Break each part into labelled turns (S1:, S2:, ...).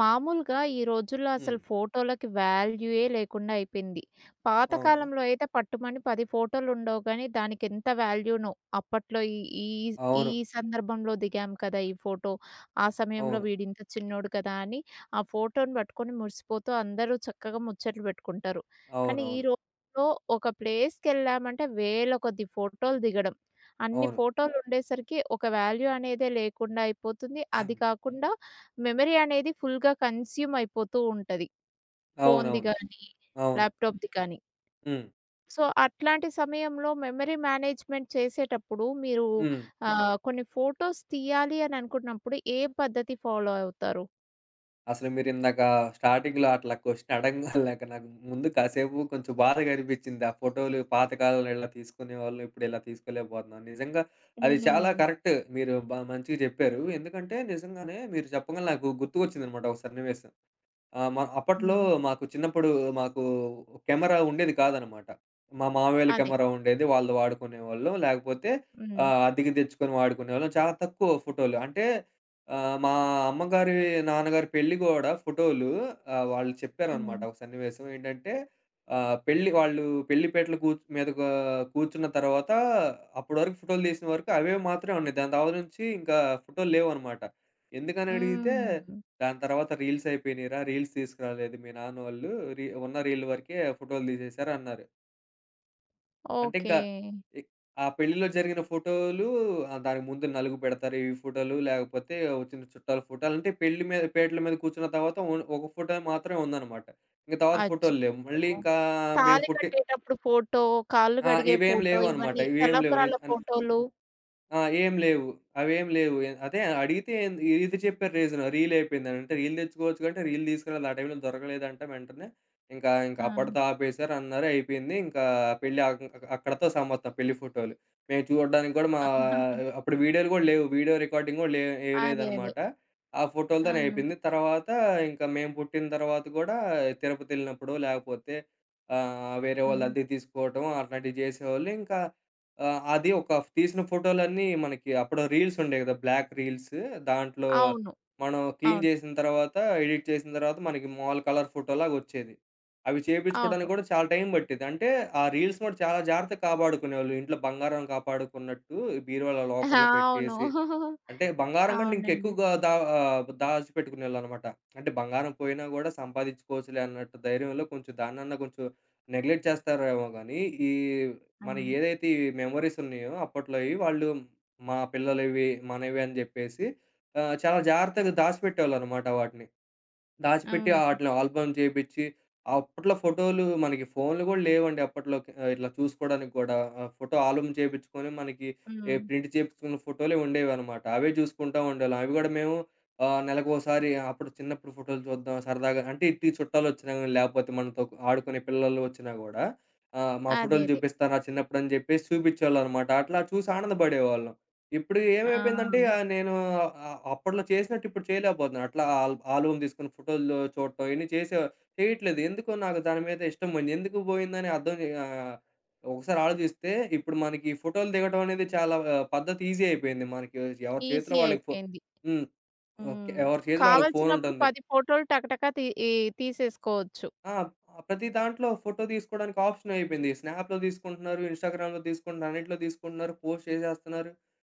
S1: మామూలుగా ఈ రోజుల్లో
S2: హ్మ్.
S1: అసలు ఫోటోలకి వాల్యూయే లేకుండా అయిపోయింది.
S2: అవును.
S1: పాతకాలంలో అయితే పట్టుమని 10 ఫోటోలుండవు గానీ, దానికెంత వాల్యూనో. అప్పట్లో ఈ ఈ ఈ
S2: అవును.
S1: సందర్భంలో దిగాం కదా! ఈ ఫోటో, ఆ సమయంలో
S2: అవును.
S1: వీడింత చిన్నోడు కదా అని ఆ ఫోటోని పట్టుకొని మురిసిపోతూ అందరూ చక్కగా ముచ్చట్లు పెట్టుకుంటారు. కానీ ఈ
S2: అవునవును.
S1: రోజుల్లో ఒక ప్లేస్‌కెళ్ళామంటే వేల కొద్ది ఫోటోలు దిగడం. అన్ని
S2: అవును.
S1: ఫోటోలుండేసరికి ఒక వాల్యూ అనేదే లేకుండా అయిపోతుంది. అది కాకుండా మెమరీ అనేది ఫుల్‌గా కన్స్యూమ్ అయిపోతూ ఉంటది. ఫోన్‌ది
S2: అవునవును.
S1: గానీ,
S2: అవును.
S1: ల్యాప్‌టాప్‌ది కానీ.
S2: హ్మ్.
S1: సో, అట్లాంటి సమయంలో మెమరీ మేనేజ్‌మెంట్ చేసేటప్పుడు మీరు
S2: హ్మ్.
S1: కొన్ని ఫోటోస్ తీయాలి అని అనుకున్నప్పుడు ఏ పద్ధతి ఫాలో అవుతారు?
S2: అసలు మీరిందాక స్టార్టింగ్‌లో అట్లా క్వెషన్ అడగంగాల్నాక నాకు ముందు కాసేపు కొంచెం బాధగా అనిపిచ్చింది. ఆ ఫోటోలు పాత కాలంలో ఇలా తీసుకునేవాళ్ళు. ఇప్పుడు ఇలా తీసుకోలేకపోతున్నాం. నిజంగా అది చాలా
S1: హ్మ్.
S2: కరెక్ట్. మీరు మంచిగా జెప్పారు. ఎందుకంటే నిజంగానే మీరు చెప్పగానే నాకు గుర్తుకొచ్చిందనమాట ఒక సన్నివేశం. ఆ! అప్పట్లో
S1: హ్మ్.
S2: మాకు చిన్నప్పుడు మాకు కెమెరా ఉండేది కాదనమాట. మా మామయ్యోళ్ళ
S1: అదే.
S2: కెమెరా ఉండేది. వాళ్ళు వాడుకునేవాళ్ళం. లేకపోతే
S1: హ్మ్.
S2: అద్దెకి తెచ్చుకొని వాడుకునేవాళ్ళం. చాలా తక్కువ ఫోటోలు. అంటే మా అమ్మగారి, నాన్నగారి పెళ్లి గూడా ఫోటోలు వాళ్ళు చెప్పారనమాట
S1: హ్మ్.
S2: ఒక సన్నివేశం. ఏంటంటే పెళ్లి వాళ్ళు పెళ్లిపీటల కూర్చ్ మీద గా కూర్చున్న తర్వాత అప్పటి వరకు ఫోటోలు తీసిన వరకు అవే మాత్రమే ఉన్నాయి. దాని తర్వాత నుంచి ఇంకా ఫోటోలు లేవనమాట. ఎందుకని అడిగితే
S1: హ్మ్.
S2: దాని తర్వాత రీల్స్ అయిపోయినియిరా, రీల్స్ తీసుకురాలేదు మీ నాన్న వాళ్ళు. ఉన్న రీల్ వరకే ఫోటోలు తీసేశారు అన్నారు. అంటే
S1: ఓకే.
S2: ఇంకా ఇ ఆ పెళ్ళిలో జరిగిన ఫోటోలు దానికి ముందు నలుగు పెడతారు. ఈ ఫోటోలు లేకపోతే వచ్చిన చుట్టాల ఫోటోలు అంటే పెళ్లి మీద పీటల మీద కూర్చున్న తర్వాత ఓన్ ఒక ఫోటో మాత్రమే ఉందనమాట. ఇంక తర్వాత ఫోటోలు లేవు. మళ్ళీ
S1: అచ్చచ్చో!
S2: ఇంకా మేము
S1: తాళి
S2: పుట్టి
S1: కట్టేటప్పుడు ఫోటో, కాళ్ళు
S2: ఆ!
S1: కడిగే
S2: ఇవేం
S1: ఫోటో
S2: లేవనమాట.
S1: ఇవన్నీ
S2: ఇవేం లేవు.
S1: తలంబ్రాల ఫోటోలు.
S2: ఆ! ఏం లేవు. అవేం లేవు. అదే అడిగితే ఏంది ఇది చెప్పారు రీజను. రీల్ అయిపోయిందని. అంటే రీల్ తెచ్చుకోవచ్చు అంటే రీల్ తీసుకురాలేదు. ఆ టైంలో దొరకలేదంట వెంటనే. ఇంకా ఇంకా
S1: ఆ!
S2: అప్పటితో ఆపేసారు అన్నారు. అయిపోయింది. ఇంకా పెళ్లి అక్ అక్కడితో సమాప్తం పెళ్లి ఫోటోలు. మేము చూడడానికి కూడా మా అప్పుడు వీడియోలు కూడా లేవు. వీడియో రికార్డింగ్ కూడా లే ఏం
S1: అదే. అదే.
S2: లేదనమాట. ఆ
S1: ఆ!
S2: ఫోటోలతోనే అయిపోయింది. తర్వాత ఇంకా మేము పుట్టిన తర్వాత కూడా తిరుపతి వెళ్ళినప్పుడు లేకపోతే వేరే వాళ్ళ
S1: హ్మ్.
S2: అద్దెకు తీసుకోవటం అట్లాంటివి చేసేవాళ్ళు. ఇంకా ఆ! అది ఒక తీసిన ఫోటోలన్నీ మనకి అప్పుడు రీల్స్ ఉండేయి గదా! Black reels. దాంట్లో
S1: అవును.
S2: మనం క్లీన్
S1: అవును.
S2: జేసిన తర్వాత, ఎడిట్ చేసిన తర్వాత మనకి మామూలు కలర్ ఫోటోలాగొచ్చేది. అవి చేపించుకోవడానికి
S1: అవును.
S2: గూడా చాలా టైం పట్టేది. అంటే ఆ రీల్స్ కూడా చాలా జాగ్రత్తగా కాపాడుకునేవాళ్ళు. ఇంట్లో బంగారం కాపాడుకున్నట్టు బీరువాలో లాకర్‌లో పెట్టేసి
S1: అవును.
S2: అంటే బంగారం కంటే ఇంకా
S1: అవునండి.
S2: ఎక్కువగా దాచిపెట్టుకునేవాళ్ళనమాట. అంటే బంగారం పోయినా గూడా సంపాదించుకోవచ్చులే అన్నట్టు ధైర్యంలో కొంచెం దాన్నన్నా కొంచెం నెగ్లెక్ట్ చేస్తారేమో గానీ, ఈ మన
S1: అవును.
S2: ఏదైతే ఈ మెమోరీస్ ఉన్నాయో అప్పట్లోయి వాళ్ళు మా పిల్లలివి, మనవి అని జెప్పేసి చాలా జాగ్రత్తగా దాచిపెట్టేవాళ్ళనమాట వాటిని. దాచిపెట్టి
S1: హ్మ్.
S2: ఆటిని ఆల్బమ్ చేపిచ్చి, అప్పట్లో ఫోటోలు మనకి ఫోన్‌లు గూడా లేవండి అప్పట్లో ఇట్లా చూసుకోవడానికి గూడా. ఫోటో ఆల్బమ్ చేపిచ్చుకొని మనకి ఏ
S1: హ్మ్.
S2: ప్రింట్ చేపించుకున్న ఫోటోలే ఉండేవనమాట. అవే చూసుకుంటా ఉండేవాళ్ళం. అవి గూడా మేము నెలకోసారి అప్పుడు చిన్నప్పుడు ఫోటోలు చూద్దాం సరదాగా. అంటే ఇట్టి చుట్టాలొచ్చినా గాని, లేపోతే మనతో ఆడుకునే పిల్లలు వచ్చినా గూడా మా
S1: అదే.
S2: ఫోటోలు
S1: అదే.
S2: చూపిస్తా నా చిన్నప్పుడని జెప్పేసి చూపిచ్చేవాళ్ళనమాట. అట్లా చూసి ఆనందపడేవాళ్ళం. ఇప్పుడు ఏమైపోయిందంటే
S1: ఆ!
S2: నేను అప్పట్లో చేసినట్టు ఇప్పుడు చేయలేకపోతున్నాను. అట్లా ఆల్బమ్ తీసుకొని ఫోటోలు చూడటం ఇయన్నీ చేయట్లేదు. ఎందుకో నాకు దాని మీద ఇష్టం పోయింది. ఎందుకు పోయిందని ఒకసారి ఆలోచిస్తే ఇప్పుడు మనకి ఫోటోలు దిగటం అనేది చాలా ఆహ్, పద్ధతి ఈజీ అయిపోయింది. మనకి ఎవరి చేతిలో
S1: ఈజీ
S2: వాళ్ళకి ఫో
S1: అయిపోయింది.
S2: హ్మ్. ఓకే.
S1: హ్మ్.
S2: ఎవరి చేతిలో వాళ్ళకి ఫోన్
S1: కావాల్సినప్పుడు
S2: ఉంటుంది.
S1: 10 ఫోటోలు టకటకా తీ ఈ తీసేసుకోవచ్చు.
S2: ఆ! ఆ ప్రతి దాంట్లో ఫోటో తీసుకోవడానికి ఆప్షన్ అయిపోయింది. స్నాప్‌లో తీసుకుంటున్నారు, ఇన్‌స్టాగ్రామ్‌లో తీసుకుంటున్నారు, అన్నిట్లో తీసుకుంటున్నారు, పోస్ట్ చేసేస్తున్నారు.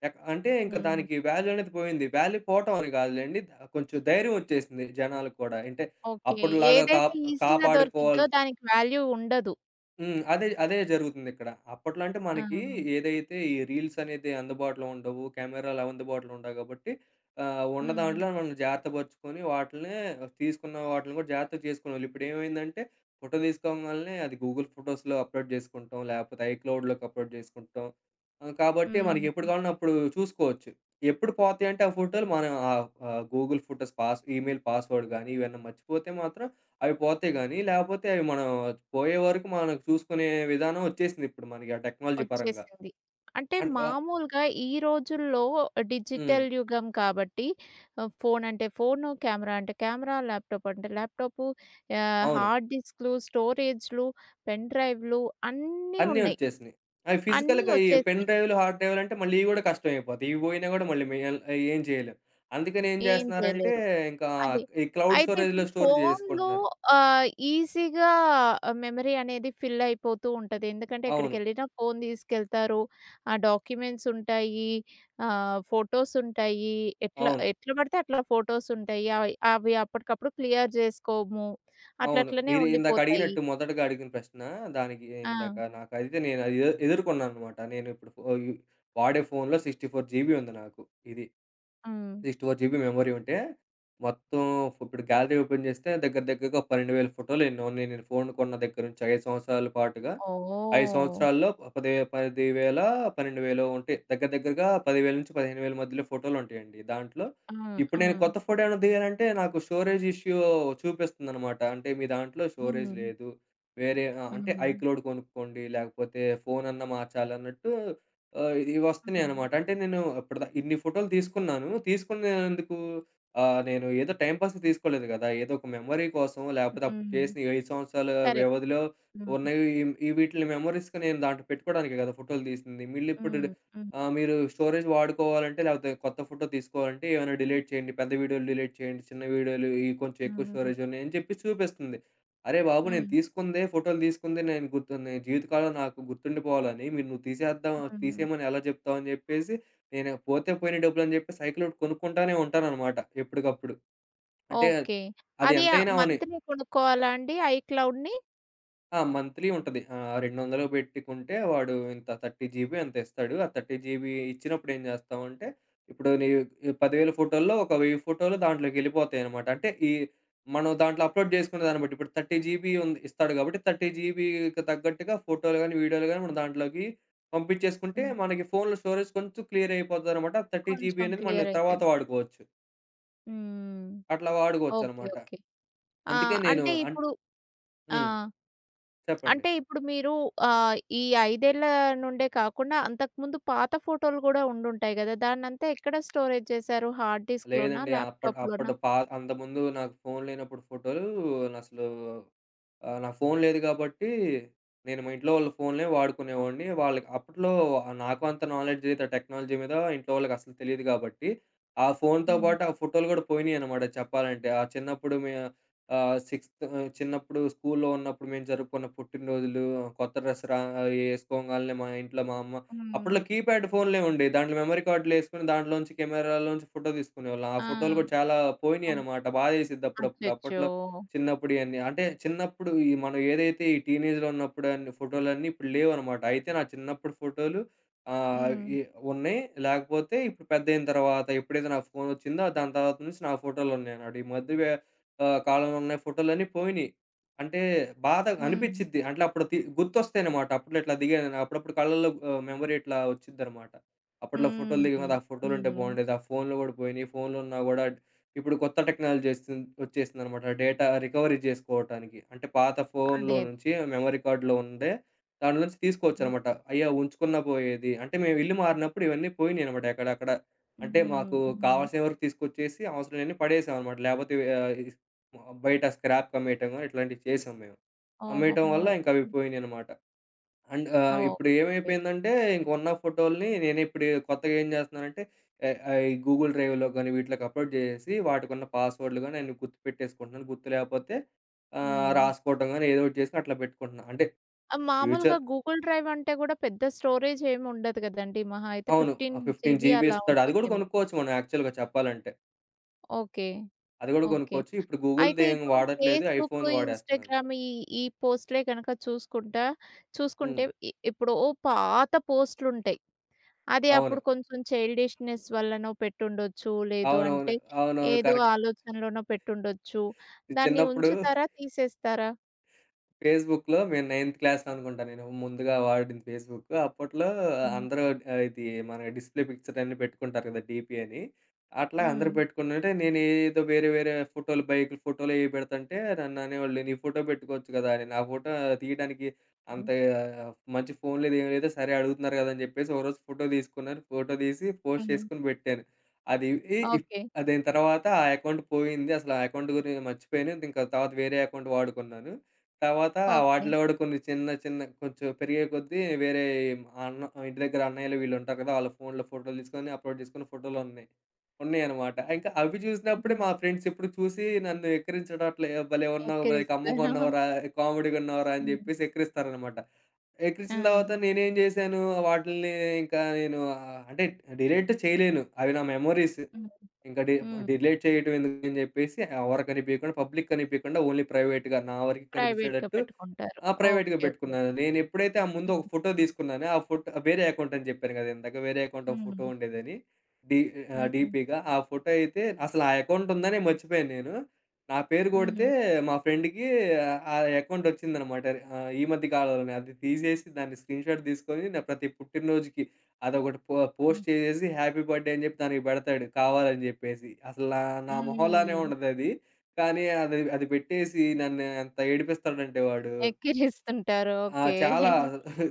S2: అంటే ఇంకా
S1: హ్మ్.
S2: దానికి వాల్యూ అనేది పోయింది. వాల్యూ పోవటం అని కాదులెండి. కొంచెం ధైర్యం వచ్చేసింది జనాలకు కూడా. అంటే
S1: ఓకే.
S2: అప్పటిలాగా కా
S1: ఏదైతే ఈజీగా దొరికిద్దో
S2: కాపాడుకోవాల్సి
S1: దానికి వాల్యూ ఉండదు.
S2: హ్మ్. అదే జరుగుతుందిక్కడ. అప్పట్లో అంటే
S1: ఆ!
S2: మనకి ఏదైతే ఈ రీల్స్ అనేది అందుబాటులో ఉండవు. కెమెరాలు అందుబాటులో ఉండవు కాబట్టి ఉన్న
S1: హ్మ్.
S2: దాంట్లో మనం జాగ్రత్త పరుచుకొని వాటిల్నే తీసుకున్న వాటిల్ని కూడా జాగ్రత్తగా చేసుకునేవాళ్ళు. ఇప్పుడేమైందంటే ఫోటో తీసుకోంగాల్నే అది గూగుల్ ఫోటోస్‌లో అప్‌లోడ్ చేసుకుంటాం. లేకపోతే ఐక్లౌడ్‌లోకి అప్‌లోడ్ చేసుకుంటాం. కాబట్టి
S1: హ్మ్.
S2: మనకి ఎప్పుడు కావాలన్నా అప్పుడు చూసుకోవచ్చు. ఎప్పుడు పోతాయంటే ఆ ఫోటోలు మనం ఆహ్, ఆహ్, Google photos pass email password గానీ ఇవన్నీ మర్చిపోతే మాత్రం అవి పోతాయి గానీ, లేపోతే అవి మనం పోయే వరకు మనం చూసుకునే విధానం ఒచ్చేసింది ఇప్పుడు మనకి ఆ టెక్నాలజీ పరంగా.
S1: ఒచ్చేసింది. అంటే
S2: అంట్ ఆహ్,
S1: మామూలుగా ఈ రోజుల్లో
S2: హ్మ్.
S1: డిజిటల్ యుగం కాబట్టి ఫోన్ అంటే ఫోను, కెమెరా అంటే కెమెరా, ల్యాప్‌టాప్ అంటే ల్యాప్‌టాపు,
S2: అవును.
S1: హార్డ్ డిస్క్‌లు, స్టోరేజ్‌లు, పెన్ డ్రైవ్‌లు అన్నీ
S2: అన్నీ
S1: ఉన్నాయి.
S2: ఒచ్చేసినియి. అవి
S1: అన్నీ
S2: ఫిజికల్‌గా ఈ పెన్
S1: ఒచ్చేసినాయి.
S2: డ్రైవ్‌లు, హార్డ్ డ్రైవ్‌లంటే మళ్ళీ ఇవి గూడా కష్టమైపోతాయి. ఇవి పోయినా గూడా మళ్ళీ మేయల్ ఏం చేయలేం. అందుకని ఏం
S1: ఏం
S2: జేస్తన్నారంటే,
S1: చేయలేరు.
S2: ఇంకా
S1: అదే.
S2: ఈ క్లౌడ్
S1: అయితే
S2: స్టోరేజ్‌లో
S1: ఇప్పుడు
S2: స్టోర్
S1: ఫోన్‌లో
S2: జేసుకుంటున్నారు.
S1: ఈజీగా మెమరీ అనేది ఫిల్ అయిపోతూ ఉంటది. ఎందుకంటే
S2: అవును.
S1: ఎక్కడికెళ్ళినా ఫోన్ తీసుకెళ్తారు. ఆ డాక్యుమెంట్స్ ఉంటాయి. ఫోటోస్ ఉంటాయి. ఎట్లా
S2: అవును.
S1: ఎట్లా పడితే అట్లా ఫోటోస్ ఉంటాయి. అవి అవి అప్పటికప్పుడు క్లియర్ చేసుకోము.
S2: అవును.
S1: అట్లట్లనే
S2: మీరు ఇందాక
S1: ఉండిపోతాయి.
S2: అడిగినట్టు మొదటగా అడిగిన ప్రశ్న దానికి
S1: ఆ!
S2: ఇందాక నాకైతే నేను అది ఎదుర్కొన్నాననమాట. నేనిప్పుడు ఫో యు వాడే ఫోన్‌లో 64 జీబీ ఉంది నాకు. ఇది.
S1: హ్మ్.
S2: 64 జీబీ మెమరీ ఉంటే, మొత్తం ఇప్పుడు గ్యాలరీ ఓపెన్ చేస్తే దగ్గర దగ్గరగా 12,000 ఫోటోలేన్నో నేను ఫోను కొన్న దగ్గర నుంచి 5 సంవత్సరాల పాటుగా 5
S1: ఓహ్!
S2: సంవత్సరాల్లో పదే 10,000, 12,000 ఉంటాయి. దగ్గర దగ్గరగా 10,000-15,000 మధ్యలో ఫోటోలుంటాయండి. దాంట్లో
S1: హ్మ్.
S2: ఇప్పుడు నేను
S1: హ్మ్.
S2: కొత్త ఫోటో ఏమైనా దిగానంటే నాకు స్టోరేజ్ ఇష్యూ చూపిస్తుందనమాట. అంటే మీ దాంట్లో స్టోరేజ్
S1: హ్మ్.
S2: లేదు. వేరే అంటే
S1: హ్మ్.
S2: ఐక్లౌడ్ కొనుక్కోండి లేకపోతే ఫోనన్నా మార్చాలన్నట్టు ఇవి
S1: హ్మ్.
S2: వస్తున్నాయనమాట. అంటే నేను ఇప్పటిదా ఇన్ని ఫోటోలు తీసుకున్నాను. తీసుకునేందుకు నేను ఏదో టైమ్ పాస్‌కి తీసుకోలేదు గదా! ఏదో ఒక మెమరీ కోసం లేకపోతే అప్పుడు
S1: హ్మ్.
S2: చేసిన 5 సంవత్సరాల
S1: కరెక్ట్.
S2: వ్యవధిలో
S1: హ్మ్.
S2: ఉన్న ఈ ఈ వీటిని మెమోరీస్‌గా నేను దాంట్లో పెట్టుకోవడానికే కదా ఫోటోలు తీసింది.
S1: హ్మ్. హ్మ్.
S2: మీరు స్టోరేజ్ వాడుకోవాలంటే లేకపోతే కొత్త ఫోటో తీసుకోవాలంటే ఏమైనా డిలీట్ చేయండి. పెద్ద వీడియోలు డిలీట్ చేయండి. చిన్న వీడియోలు ఇవి కొంచెం ఎక్కువ
S1: హ్మ్.
S2: స్టోరేజ్ ఉన్నాయని చెప్పి చూపిస్తుంది. అరే బాబు! నేను
S1: హ్మ్.
S2: తీసుకుందే ఫోటోలు తీసుకుందే నేను గుర్తు నేను జీవితకాలం నాకు గుర్తుండిపోవాలని మీరు నువ్వు తీసేద్దాం
S1: హుహు.
S2: తీసేయమని ఎలా చెప్తావు? అని చెప్పేసి నేను పోతే పోయిన డబ్బులు అని చెప్పి సైకిల్ ఒకటి కొనుక్కుంటానే ఉంటాననమాట ఎప్పటికప్పుడు. అంటే
S1: ఓకే.
S2: అది
S1: అది
S2: ఎంతైనా అవని.
S1: మంత్లీ కొనుక్కోవాలా అండి ఐక్లౌడ్‌ని?
S2: ఆ! మంత్లీ ఉంటది. 200 పెట్టుకుంటే వాడు ఇంత 30 జీబీ ఎంతో ఇస్తాడు. ఆ 30 జీబీ ఇచ్చినప్పుడు ఏం చేస్తామంటే, ఇప్పుడు నీ 10,000 ఫోటోల్లో ఒక 1000 ఫోటోలు దాంట్లోకెళ్ళిపోతాయనమాట. అంటే ఈ మనం దాంట్లో అప్‌లోడ్ చేసుకునే దాన్ని బట్టి ఇప్పుడు 30 జీబీ ఉంది ఇస్తాడు కాబట్టి 30 జీబీకి తగ్గట్టుగా ఫోటోలు గాని, వీడియోలు గాని మనం దాంట్లోకి పంపించేసుకుంటే
S1: హ్మ్.
S2: మనకి ఫోన్‌లో స్టోరేజ్ కొంచెం క్లియర్ అయిపోతదనమాట. 30 జీబీ
S1: కొంచెం
S2: అనేది మనం
S1: క్లియర్
S2: తర్వాత
S1: అయితది.
S2: వాడుకోవచ్చు.
S1: హ్మ్.
S2: అట్లా
S1: ఓకే.
S2: వాడుకోవచ్చనమాట.
S1: ఓకే. ఆ!
S2: అందుకే నేను
S1: అంటే
S2: అంటే
S1: ఇప్పుడు ఆ!
S2: హ్మ్. చెప్పండి.
S1: అంటే ఇప్పుడు మీరు ఈ 5 ఏళ్ల నుండే కాకుండా అంతకుముందు పాత ఫోటోలు గూడా ఉండుంటాయి గదా! దాన్నంతా ఎక్కడ స్టోరేజ్ చేశారు? హార్డ్ డిస్క్‌లోనా?
S2: లేదండి.
S1: ల్యాప్‌టాప్‌లోనా?
S2: అప్పటి అంతకుముందు నాకు ఫోను లేనప్పుడు ఫోటోలు అసలు ఆ! నా ఫోను లేదు గాబట్టి, నేను మా ఇంట్లో వాళ్ళ ఫోన్లే వాడుకునేవాడిని. వాళ్ళకి అప్పట్లో నాకు అంత నాలెడ్జ్ లేదు టెక్నాలజీ మీద. ఇంట్లో వాళ్ళకి అసలు తెలీదు గాబట్టి, ఆ ఫోనుతో
S1: హ్మ్.
S2: పాటు ఆ ఫోటోలు గూడా పోయినియనమాట చెప్పాలంటే. ఆ చిన్నప్పుడు మే ఆహ్, సిక్స్త్ ఆహ్, చిన్నప్పుడు స్కూల్లో ఉన్నప్పుడు మేము జరుపుకున్న పుట్టినరోజులు, కొత్త డ్రెస్ రా ఏసుకోగాల్నే మా ఇంట్లో మా అమ్మ
S1: హ్మ్.
S2: అప్పట్లో కీప్యాడ్ ఫోనులే ఉండేయి. దాంట్లో మెమరీ కార్డులేసుకొని దాంట్లోంచి కెమెరాలోంచి ఫోటో తీసుకునేవాళ్ళం. ఆ ఫోటోలు
S1: ఆ!
S2: గూడా చాలా
S1: అవును.
S2: పోయినియనమాట. బాధేసిద్ది అప్పుడప్పుడు.
S1: అచ్చచ్చో!
S2: అప్పట్లో చిన్నప్పుడు ఇయన్నీ. అంటే చిన్నప్పుడు ఈ మనం ఏదైతే ఈ టీనేజ్‌లో ఉన్నప్పుడు అన్ని ఫోటోలన్నీ ఇప్పుడు లేవనమాట. అయితే నా చిన్నప్పుడు ఫోటోలు ఆహ్,
S1: హ్మ్.
S2: ఈ ఉన్నాయి. లేకపోతే ఇప్పుడు పెద్దయిన తర్వాత ఎప్పుడైతే నాకు ఫోనొచ్చిందో దాని తర్వాత నుంచి నా ఫోటోలున్నాయనమాట. ఈ మధ్య వే ఆహ్, కాలంలో ఉన్న ఫోటోలన్నీ పోయినియి. అంటే బాధ
S1: హ్మ్.
S2: అనిపిచ్చిద్ది. అంటే అప్పుడు గుర్తొస్తాయనమాట. అప్పట్లో ఇట్లా దిగానని అప్పుడప్పుడు కళ్ళల్లో మెమరీ ఇట్లా వచ్చిద్దనమాట. అప్పట్లో ఫోటోలు దిగాం కదా!
S1: హ్మ్.
S2: ఆ ఫోటోలుంటే
S1: హ్మ్.
S2: బావుండేది. ఆ ఫోన్‌లో గూడా పోయినియి. ఫోన్‌లున్నా గూడా ఇప్పుడు కొత్త టెక్నాలజీ వచ్చేసిందనమాట. డేటా రికవరీ జేసుకోవటానికి. అంటే పాత
S1: అదే.
S2: ఫోన్‌లో
S1: అదే.
S2: నుంచి మెమరీ కార్డ్‌లో ఉండే దాంట్లో నుంచి
S1: హ్మ్.
S2: తీసుకోవచ్చనమాట. అయ్యా! ఉంచుకున్నా పోయేది. అంటే మేము ఇల్లు మారినప్పుడు ఇవన్నీ పోయినాయనమాట ఎక్కడక్కడ. అంటే
S1: హ్మ్.
S2: మాకు
S1: హ్మ్.
S2: కావాల్సిన వరకు తీసుకొచ్చేసి అవసరం లేనివి పడేసామనమాట. లేపోతే ఆహ్, ఇస్ బయట స్క్రాప్‌కి అమ్మేయటం గాని ఇట్లాంటివి చేసాం మేము. అమ్మేయటం
S1: ఓహోహో!
S2: వల్ల ఇంక అవి
S1: ఓకే.
S2: పోయినాయనమాట. అండ్
S1: ఆ!
S2: ఇప్పుడు
S1: ఓకే. హ్మ్. ఓకే.
S2: ఏమైపోయిందంటే ఇంక ఉన్న ఫోటోల్ని నేనిప్పుడు కొత్తగా ఏం చేస్తున్నానంటే ఆహ్, ఆహ్, ఈ గూగుల్ డ్రైవ్‌లో గాని వీటిలోకి అప్‌లోడ్ చేసేసి వాటికున్న పాస్‌వర్డ్‌లు గాని అన్ని గుర్తుపెట్టేసుకుంటున్నాను. గుర్తు పెట్టేసుకుంటున్నాను. గుర్తు లేకపోతే
S1: హ్మ్.
S2: రాసుకోవటం గాని ఏదో ఒకటి చేసుకొని అట్లా పెట్టుకుంటున్నా. అంటే
S1: మామూలుగా
S2: ఫ్యూచర్
S1: గూగుల్ డ్రైవ్ అంటే గూడా పెద్ద స్టోరేజ్ ఏమి ఉండదు గదండీ. మహా అయితే
S2: అవును.
S1: 15
S2: 15
S1: జీబీ
S2: జీబీ
S1: అలా
S2: ఇస్తాడు. అది కూడా
S1: ఉంటుందేమో.
S2: కొనుక్కోవచ్చు మనం యాక్చువల్‌గా చెప్పాలంటే.
S1: ఓకే.
S2: అది కూడా
S1: ఓకే.
S2: కొనుక్కోవచ్చు. ఇప్పుడు గూగుల్‌ది
S1: అయితే
S2: ఏం
S1: ఇప్పుడు
S2: వాడట్లేదు.
S1: Facebook,
S2: iPhone వాడేస్తున్నాను.
S1: ఇన్‌స్టాగ్రామ్ ఈ ఈ పోస్ట్‌లే గనక
S2: హ్మ్.
S1: చూసుకుంటే ఇప్పుడు ఓ పాత పోస్ట్‌లుంటాయి. అది
S2: అవును.
S1: అప్పుడు కొంచెం చైల్డిష్‌నెస్ వల్లనో పెట్టుండొచ్చు. లేదు
S2: అవునవును.
S1: అంటే
S2: అవునవును.
S1: ఏదో
S2: కరెక్ట్.
S1: ఆలోచనలోనో పెట్టుండొచ్చు. దాన్ని
S2: చిన్నప్పుడు
S1: ఉంచుతారా? తీసేస్తారా?
S2: ఫేస్‌బుక్‌లో మేము నైన్త్ క్లాస్‌లో అనుకుంటా నేను ముందుగా వాడింది ఫేస్‌బుక్. అప్పట్లో
S1: హ్మ్.
S2: అందరూ ఇది మన డిస్‌ప్లే పిక్చర్ అన్నీ పెట్టుకుంటారు కదా! డీపీ అని. అట్లా అందరూ పెట్టుకుంటుంటే నేను ఏదో వేరే వేరే ఫోటోలు బైకుల ఫోటోలు ఏవి పెడుతుంటే నన్ను అనేవాళ్ళు, "నీ ఫోటో పెట్టుకోవచ్చు కదా!" అని. నా ఫోటో తీయడానికి అంత
S1: హ్మ్.
S2: మంచి ఫోన్ లేదు, ఏమి లేదు. సరే అడుగుతున్నారు కదా! అని చెప్పేసి ఒకరోజు ఫోటో తీసుకున్నాను. ఫోటో తీసి పోస్ట్
S1: హ్మ్.
S2: చేసుకొని పెట్టాను. అది ఇ ఇప్
S1: ఓకే.
S2: దాని తర్వాత ఆ అకౌంట్ పోయింది. అసలు ఆ అకౌంట్ గురించి మర్చిపోయాను. ఇంకా తర్వాత వేరే అకౌంట్ వాడుకున్నాను. తర్వాత
S1: ఓకే.
S2: వాటిలో గూడా కొన్ని చిన్న చిన్న కొంచెం పెరిగే కొద్దీ వేరే అన్న ఇంటి దగ్గర అన్నయ్యలు వీళ్ళుంటారు కదా! వాళ్ళ ఫోన్‌లో ఫోటోలు తీసుకొని అప్‌లోడ్ చేసుకున్న ఫోటోలున్నాయి. ఉన్నాయన్నమాట. ఇంకా అవి చూసినప్పుడే
S1: హ్మ్.
S2: మా ఫ్రెండ్స్ ఇప్పుడు చూసి నన్ను ఎక్కిరించడం అట్లా "ఏ భలే
S1: ఎగ్
S2: ఉన్నావు, భలే
S1: క్రిస్ప్.
S2: కమ్మగా ఉన్నావురా, కామెడీగా ఉన్నావురా అని
S1: హ్మ్.
S2: జెప్పేసి ఎక్కిరిస్తారన్నమాట.
S1: ఆ!
S2: ఎక్కిరించిన తర్వాత నేనేం జేశాను వాటిల్ని ఇంకా నేను అంటే డిలీట్ చేయలేను. అవి నా మెమోరీస్.
S1: హ్మ్.
S2: ఇంకా డి
S1: హ్మ్.
S2: డిలీట్ చేయడం ఎందుకని జెప్పేసి ఎవరికనిపియకుండా పబ్లిక్ కనిపియకుండా ఓన్లీ ప్రైవేట్‌గా నా వరకే
S1: ప్రైవేట్‌గా
S2: కనిపించేటట్టు
S1: పెట్టుకుంటారు.
S2: ఆ! ప్రైవేట్‌గా
S1: ఓకే. ఓకే.
S2: పెట్టుకున్నాను.
S1: ఓకే.
S2: నేనెప్పుడైతే ఆ ముందు
S1: హ్మ్.
S2: ఒక ఫోటో తీసుకున్నానో, ఆ ఫోటో వేరే అకౌంట్ అని చెప్పాను కదా! ఇందాక. వేరే అకౌంట్ ఒక
S1: హ్మ్.
S2: ఫోటో ఉండేదని. డీ
S1: హ్మ్.
S2: డీపీగా. ఆ ఫోటో అయితే అసలు ఆ అకౌంట్ ఉందనే మర్చిపోయాను నేను. నా పేరు కొడితే
S1: హ్మ్.
S2: మా ఫ్రెండ్‌కి ఆ అకౌంట్ వచ్చిందనమాట. ఈ మధ్య కాలంలోనే. అది తీసేసి దాన్ని స్క్రీన్‌షాట్ తీసుకొని నా ప్రతి పుట్టినరోజుకి అదొకటి పో
S1: హ్మ్.
S2: పోస్ట్ చేసేసి హ్యాపీ బర్త్‌డే అని చెప్పి దానికి పెడతాడు కావాలని చెప్పేసి. అసలు నా నా మొహంలానే
S1: హ్మ్.
S2: ఉండదది. కానీ అది అది పెట్టేసి నన్ను ఎంత ఏడిపిస్తాడంటే వాడు.
S1: ఎక్కిరిస్తుంటారు.
S2: ఆ!
S1: ఓకే.
S2: చాలా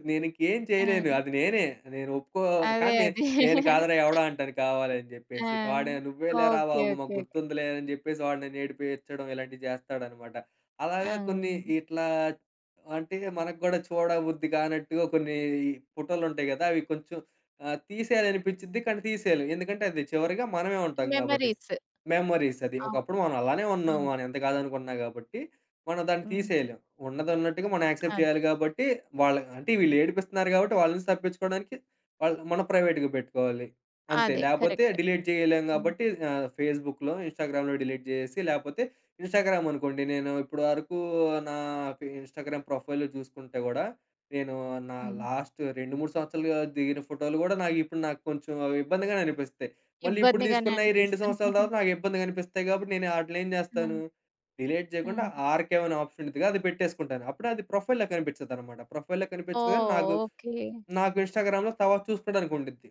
S2: నేనింకేం
S1: ఆ!
S2: చేయలేను. అది నేనే. నేను ఒప్పుకో
S1: అదే.
S2: కానీ నే
S1: అదే.
S2: నేను కాదురా ఎవడో అంటాను కావాలని
S1: ఆ!
S2: జెప్పేసి. వాడే "నువ్వేలేరా
S1: ఓకే.
S2: బాబు మాకు
S1: ఓకే. ఓకే.
S2: గుర్తుందిలే" అని జెప్పేసి వాడు నన్నేడిపిచ్చడం ఇలాంటివి చేస్తాడనమాట.
S1: ఆ!
S2: అలాగా కొన్ని
S1: హ్మ్.
S2: ఇట్లా అంటే మనకు గూడా చూడబుద్ధి కానట్టుగా కొన్ని ఫోటోలుంటాయి గదా! అవి కొంచెం తీసేయాలనిపిచ్చిద్ది కానీ తీసేయలేం. ఎందుకంటే అది చివరిగా మనమే ఉంటాం గాబట్టి.
S1: మెమరీస్.
S2: మెమోరీస్ అది. ఒకప్పుడు
S1: అవును.
S2: మనం అలానే ఉన్నాం.
S1: అవును.
S2: మనం ఎంత కాదనుకున్నా గాబట్టి. మనం దాన్ని
S1: హ్మ్.
S2: తీసేయలేం. ఉన్నదున్నట్టుగా మనం యాక్సెప్ట్
S1: అదే.
S2: చేయాలి గాబట్టి, వాళ్ళ అంటే వీళ్ళు ఏడిపిస్తున్నారు గాబట్టి వాళ్ళ నుంచి తప్పించుకోవడానికి మనం ప్రైవేట్‌గా పెట్టుకోవాలి. అంతే.
S1: అదే.
S2: లేపోతే
S1: కరెక్ట్.
S2: డిలీట్ చేయలేం
S1: హ్మ్.
S2: గాబట్టి ఫేస్‌బుక్‌లో, ఇన్‌స్టాగ్రామ్‌లో డిలీట్ జేసేసి లేపోతే ఇన్‌స్టాగ్రామ్ అనుకోండి. నేను ఇప్పుడు వరకు నా ఫే ఇన్‌స్టాగ్రామ్ ప్రొఫైల్‌లో చూసుకుంటే గూడా, నేను నా
S1: హ్మ్.
S2: లాస్ట్ 2, 3 సంవత్సరాలుగా దిగిన ఫోటోలు గూడా నాకు కొంచెం ఇబ్బందిగానే అనిపిస్తాయి. మళ్ళీ ఇప్పుడు
S1: ఇబ్బందిగానే
S2: తీసుకున్న ఈ 2 సంవత్సరాల
S1: అనిపిస్తుంది.
S2: తర్వాత నాకు ఇబ్బందిగా అనిపిస్తాయి గాబట్టి నేను ఆటిలిని ఏం
S1: ఆ!
S2: జేస్తాను? డిలీట్
S1: ఆ!
S2: జేయకుండా ఆర్‌కైవ్ అనే ఆప్షన్ ఉండిద్దిగా అది పెట్టేసుకుంటాను. అప్పుడు అది ప్రొఫైల్‌లో కనిపిచ్చదనమాట. ప్రొఫైల్‌లో కనిపిచ్చదు
S1: ఓహ్!
S2: గానీ
S1: ఓకే.
S2: నాకు ఇన్‌స్టాగ్రామ్‌లో తర్వాత చూసుకోడానికి ఉండిద్ది.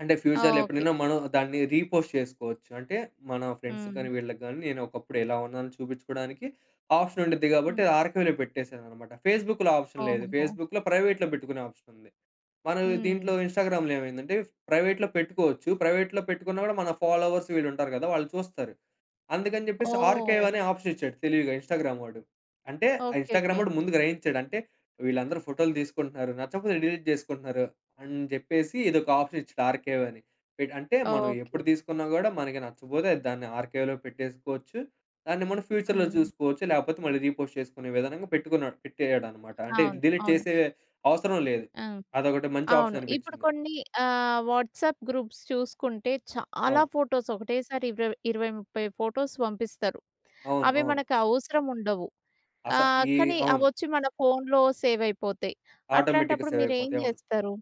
S2: అంటే
S1: ఆ!
S2: ఫ్యూచర్‌లో
S1: ఓకే.
S2: ఎప్పుడైనా మనం దాన్ని రీపోస్ట్ చేసుకోవచ్చు. అంటే మన ఫ్రెండ్స్‌కి
S1: హ్మ్.
S2: గానీ, వీళ్ళకి గానీ నేను ఒకప్పుడు ఎలా ఉన్నానో చూపిచ్చుకోడానికి ఆప్షన్ ఉండిద్ది గాబట్టి
S1: హ్మ్.
S2: అది ఆర్‌కైవ్‌లో పెట్టేసాననమాట. ఫేస్‌బుక్‌లో ఆప్షన్ లేదు.
S1: ఓహోహో!
S2: ఫేస్‌బుక్‌లో ప్రైవేట్‌లో పెట్టుకునే ఆప్షన్ ఉంది. మనం
S1: హ్మ్.
S2: దీంట్లో ఇన్‌స్టాగ్రామ్‌లో ఏమైందంటే ప్రైవేట్‌లో పెట్టుకోవచ్చు. ప్రైవేట్‌లో పెట్టుకున్నా గూడా మన ఫాలోవర్స్ వీళ్ళుంటారు గదా! వాళ్ళు చూస్తారు. అందుకని జెప్పేసి ఆర్కైవ్
S1: ఓహ్!
S2: అనే ఆప్షన్ ఇచ్చాడు తెలివిగా ఇన్‌స్టాగ్రామ్ వాడు. అంటే ఆ
S1: ఓకే.
S2: Instagram
S1: okay.
S2: వాడు ముందు గ్రహించాడు. అంటే వీళ్ళందరూ ఫోటోలు తీసుకుంటున్నారు. నచ్చకపోతే డిలీట్ చేసుకుంటున్నారు అని జెప్పేసి ఇదొక ఆప్షన్ ఇచ్చాడు ఆర్కైవ్ అని. అంటే మనం
S1: ఓకే.
S2: ఎప్పుడు తీసుకున్నా గూడా మనకి నచ్చపోతే దాన్ని ఆర్కైవ్‌లో పెట్టేసుకోవచ్చు. దాన్ని మనం ఫ్యూచర్‌లో
S1: హ్మ్.
S2: చూసుకోవచ్చు. లేకపోతే మళ్ళీ రీపోస్ట్ చేసుకునే విధనంగా పెట్టుకున్నాడు పెట్టేయడనమాట. అంటే
S1: అవును.
S2: డిలీట్
S1: అవును.
S2: చేసే అవసరం లేదు.
S1: ఆ!
S2: అదొకటి మంచి
S1: అవును.
S2: ఆప్షన్
S1: ఇప్పుడు
S2: అనిపిచ్చింది.
S1: కొన్ని వాట్సాప్ గ్రూప్స్ చూసుకుంటే చాలా
S2: అవును.
S1: ఫోటోస్ ఒకటేసారి ఇరవై 20, 30 ఫోటోస్ పంపిస్తారు.
S2: అవును.
S1: అవి
S2: అవును.
S1: మనకు అవసరం ఉండవు.
S2: అస ఈ
S1: కానీ
S2: అవును.
S1: అవొచ్చి మన ఫోన్‌లో సేవ్ అయిపోతాయి.
S2: ఆటోమేటిక్‌గా
S1: అట్లాంటప్పుడు
S2: సేవ్
S1: మీరేం
S2: అయిపోతాయి. అవును.
S1: జేస్తారు?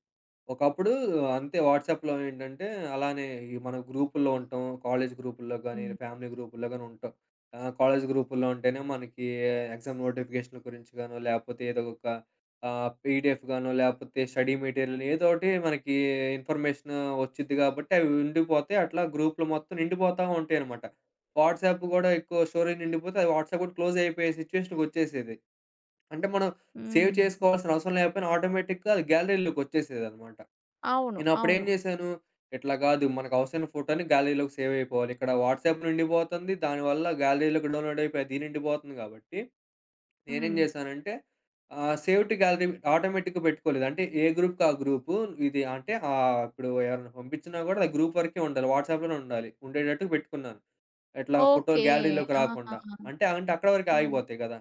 S2: ఒకప్పుడు అంతే వాట్సాప్‌లో ఏంటంటే, అలానే ఈ మన గ్రూపుల్లో ఉంటాం. కాలేజ్ గ్రూపుల్లో గానీ,
S1: హ్మ్.
S2: ఫ్యామిలీ గ్రూపుల్లో గానీ ఉంటాం. కాలేజ్ గ్రూపుల్లో ఉంటేనే మనకి ఎగ్జామ్ నోటిఫికేషన్‌ల గురించి గానో, లేపోతే ఏదో ఒక పీడిఎఫ్ గానో, లేపోతే స్టడీ మెటీరియల్ ఏదో ఒకటి మనకి ఇన్ఫర్మేషన్ వచ్చిద్ది గాబట్టి, అవి ఉండిపోతాయి. అట్లా గ్రూప్‌లు మొత్తం నిండిపోతా ఉంటాయనమాట. వాట్సాప్ గూడా ఎక్కువ స్టోరేజ్ నిండిపోతే, అది వాట్సాప్ గూడా క్లోజ్ అయిపోయే సిచ్యువేషన్‌కొచ్చేసేది. అంటే మనం సేవ్
S1: హ్మ్.
S2: చేసుకోవాల్సిన అవసరం లేకపోయినా ఆటోమేటిక్‌గా అది గ్యాలరీలోకొచ్చేసేదనమాట.
S1: అవును.
S2: నేనప్పుడేం
S1: అవును.
S2: జేశాను, ఇట్లా గాదు మనకవసరమైన ఫోటోని గ్యాలరీలోకి సేవ్ అయిపోవాలి. ఇక్కడ వాట్సాప్ నిండిపోతుంది. దానివల్ల గ్యాలరీలోకి డౌన్‌లోడ్ అయిపోయి అది నిండిపోతుంది గాబట్టి, నేనేం
S1: హ్మ్.
S2: జేశానంటే సేవ్ టు గ్యాలరీ ఆటోమేటిక్‌గా పెట్టుకోలేదు. అంటే ఏ గ్రూప్‌కి ఆ గ్రూపు ఇప్పుడు ఎవరైనా పంపించినా గూడా అది గ్రూప్ వరకే ఉండాలి. వాట్సాప్‌లోనే ఉండాలి. ఉండేటట్టు పెట్టుకున్నాను. ఎట్లా ఫోటో
S1: ఓకే.
S2: గ్యాలరీలోకి
S1: ఆహా!
S2: రాకుండా. అంటే అంటే అక్కడ వరకే
S1: ఆ!
S2: ఆగిపోతాయి గదా!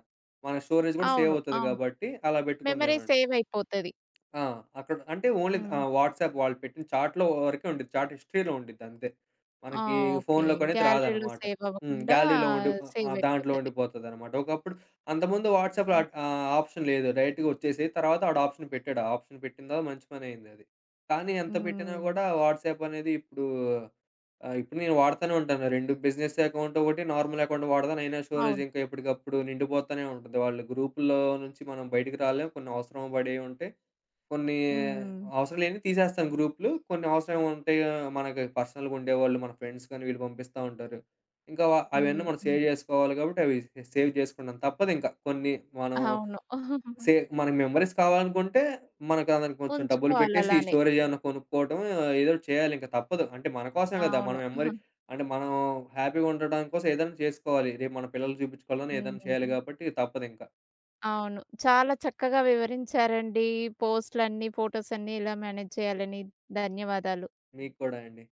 S2: మన స్టోరేజ్ గూడా సేవ్
S1: అవును.
S2: అవుతది
S1: అవును.
S2: గాబట్టి అలా
S1: మెమరీ
S2: పెట్టుకునేవాడిని.
S1: సేవ్ అయిపోతది.
S2: ఆ! అక్కడ అంటే ఓన్లీ
S1: హ్మ్.
S2: వాట్సాప్ వాళ్ళు పెట్టిన చాట్‌లో వరకే ఉండిద్ది. చాట్ హిస్టరీలో ఉండిద్ది అంతే.
S1: ఆ!
S2: మనకి
S1: ఓకే.
S2: ఫోన్‌లోకి అనేది
S1: గ్యాలరీలో
S2: రాదనమాట.
S1: సేవ్
S2: హ్మ్.
S1: అవ్వకుండా
S2: గ్యాలరీలో ఉండి ఆహ్,
S1: సేవ్
S2: ఆహ్, దాంట్లో
S1: అయిపోతది.
S2: ఉండిపోతదనమాట. ఒకప్పుడు అంతకుముందు వాట్సాప్‌లో
S1: హ్మ్.
S2: ఆప్షన్ లేదు. డైరెక్ట్‌గా వచ్చేసేది. తర్వాత ఆడు ఆప్షన్ పెట్టాడు. ఆ ఆప్షన్ పెట్టిన తర్వాత మంచి పనయిందది. కానీ ఎంత పెట్టినా
S1: హ్మ్.
S2: కూడా వాట్సాప్ అనేది ఇప్పుడు ఇప్పుడు నేను వాడుతూనే ఉంటాను. 2 బిజినెస్ అకౌంట్ ఒకటి, నార్మల్ అకౌంట్ వాడతాను. అయినా స్టోరేజ్
S1: అవును.
S2: ఇంకా ఎప్పటికప్పుడు నిండిపోతూనే ఉంటుంది. వాళ్ళ గ్రూపుల్లో నుంచి మనం బయటికి రాలేం. కొన్ని అవసరం పడేవి ఉంటాయి. కొన్ని
S1: హ్మ్.
S2: అవసరం లేనివి తీసేస్తాను గ్రూప్‌లు. కొన్ని అవసరం ఉంటాయి ఆ, మనకి పర్సనల్‌గా ఉండేవాళ్ళు, మన ఫ్రెండ్స్ కానీ వీళ్ళు పంపిస్తా ఉంటారు. ఇంకా వ అవన్నీ
S1: హ్మ్.
S2: మనం సేవ్
S1: హ్మ్.
S2: చేసుకోవాలి కాబట్టి అవి సేవ్ చేసుకుంటాం. తప్పదింక కొన్ని మనం
S1: అవును.
S2: సే మనకి మెమోరీస్ కావాలనుకుంటే మనకు దానికి కొంచెం డబ్బులు
S1: ఉంచుకోవాలి
S2: పెట్టేసి ఈ
S1: అలానే.
S2: స్టోరేజ్ ఏమన్నా కొనుక్కోవటం ఏదో ఒకటి చేయాలి ఇంక తప్పదు. అంటే మన కోసమే కదా! మన
S1: అవును.
S2: మెమరీ అంటే మనం హ్యాపీగా ఉండడానికి కోసం ఏదైనా చేసుకోవాలి. రేపు మన పిల్లలకి చూపించుకోవాలన్నా ఏదైనా చేయాలి
S1: హ్మ్.
S2: కాబట్టి తప్పదింక.
S1: అవును. చాలా చక్కగా వివరించారండి. పోస్ట్‌లన్నీ, ఫోటోస్ అన్నీ ఎలా మేనేజ్ చేయాలని. ధన్యవాదాలు.
S2: మీకు కూడా అండి.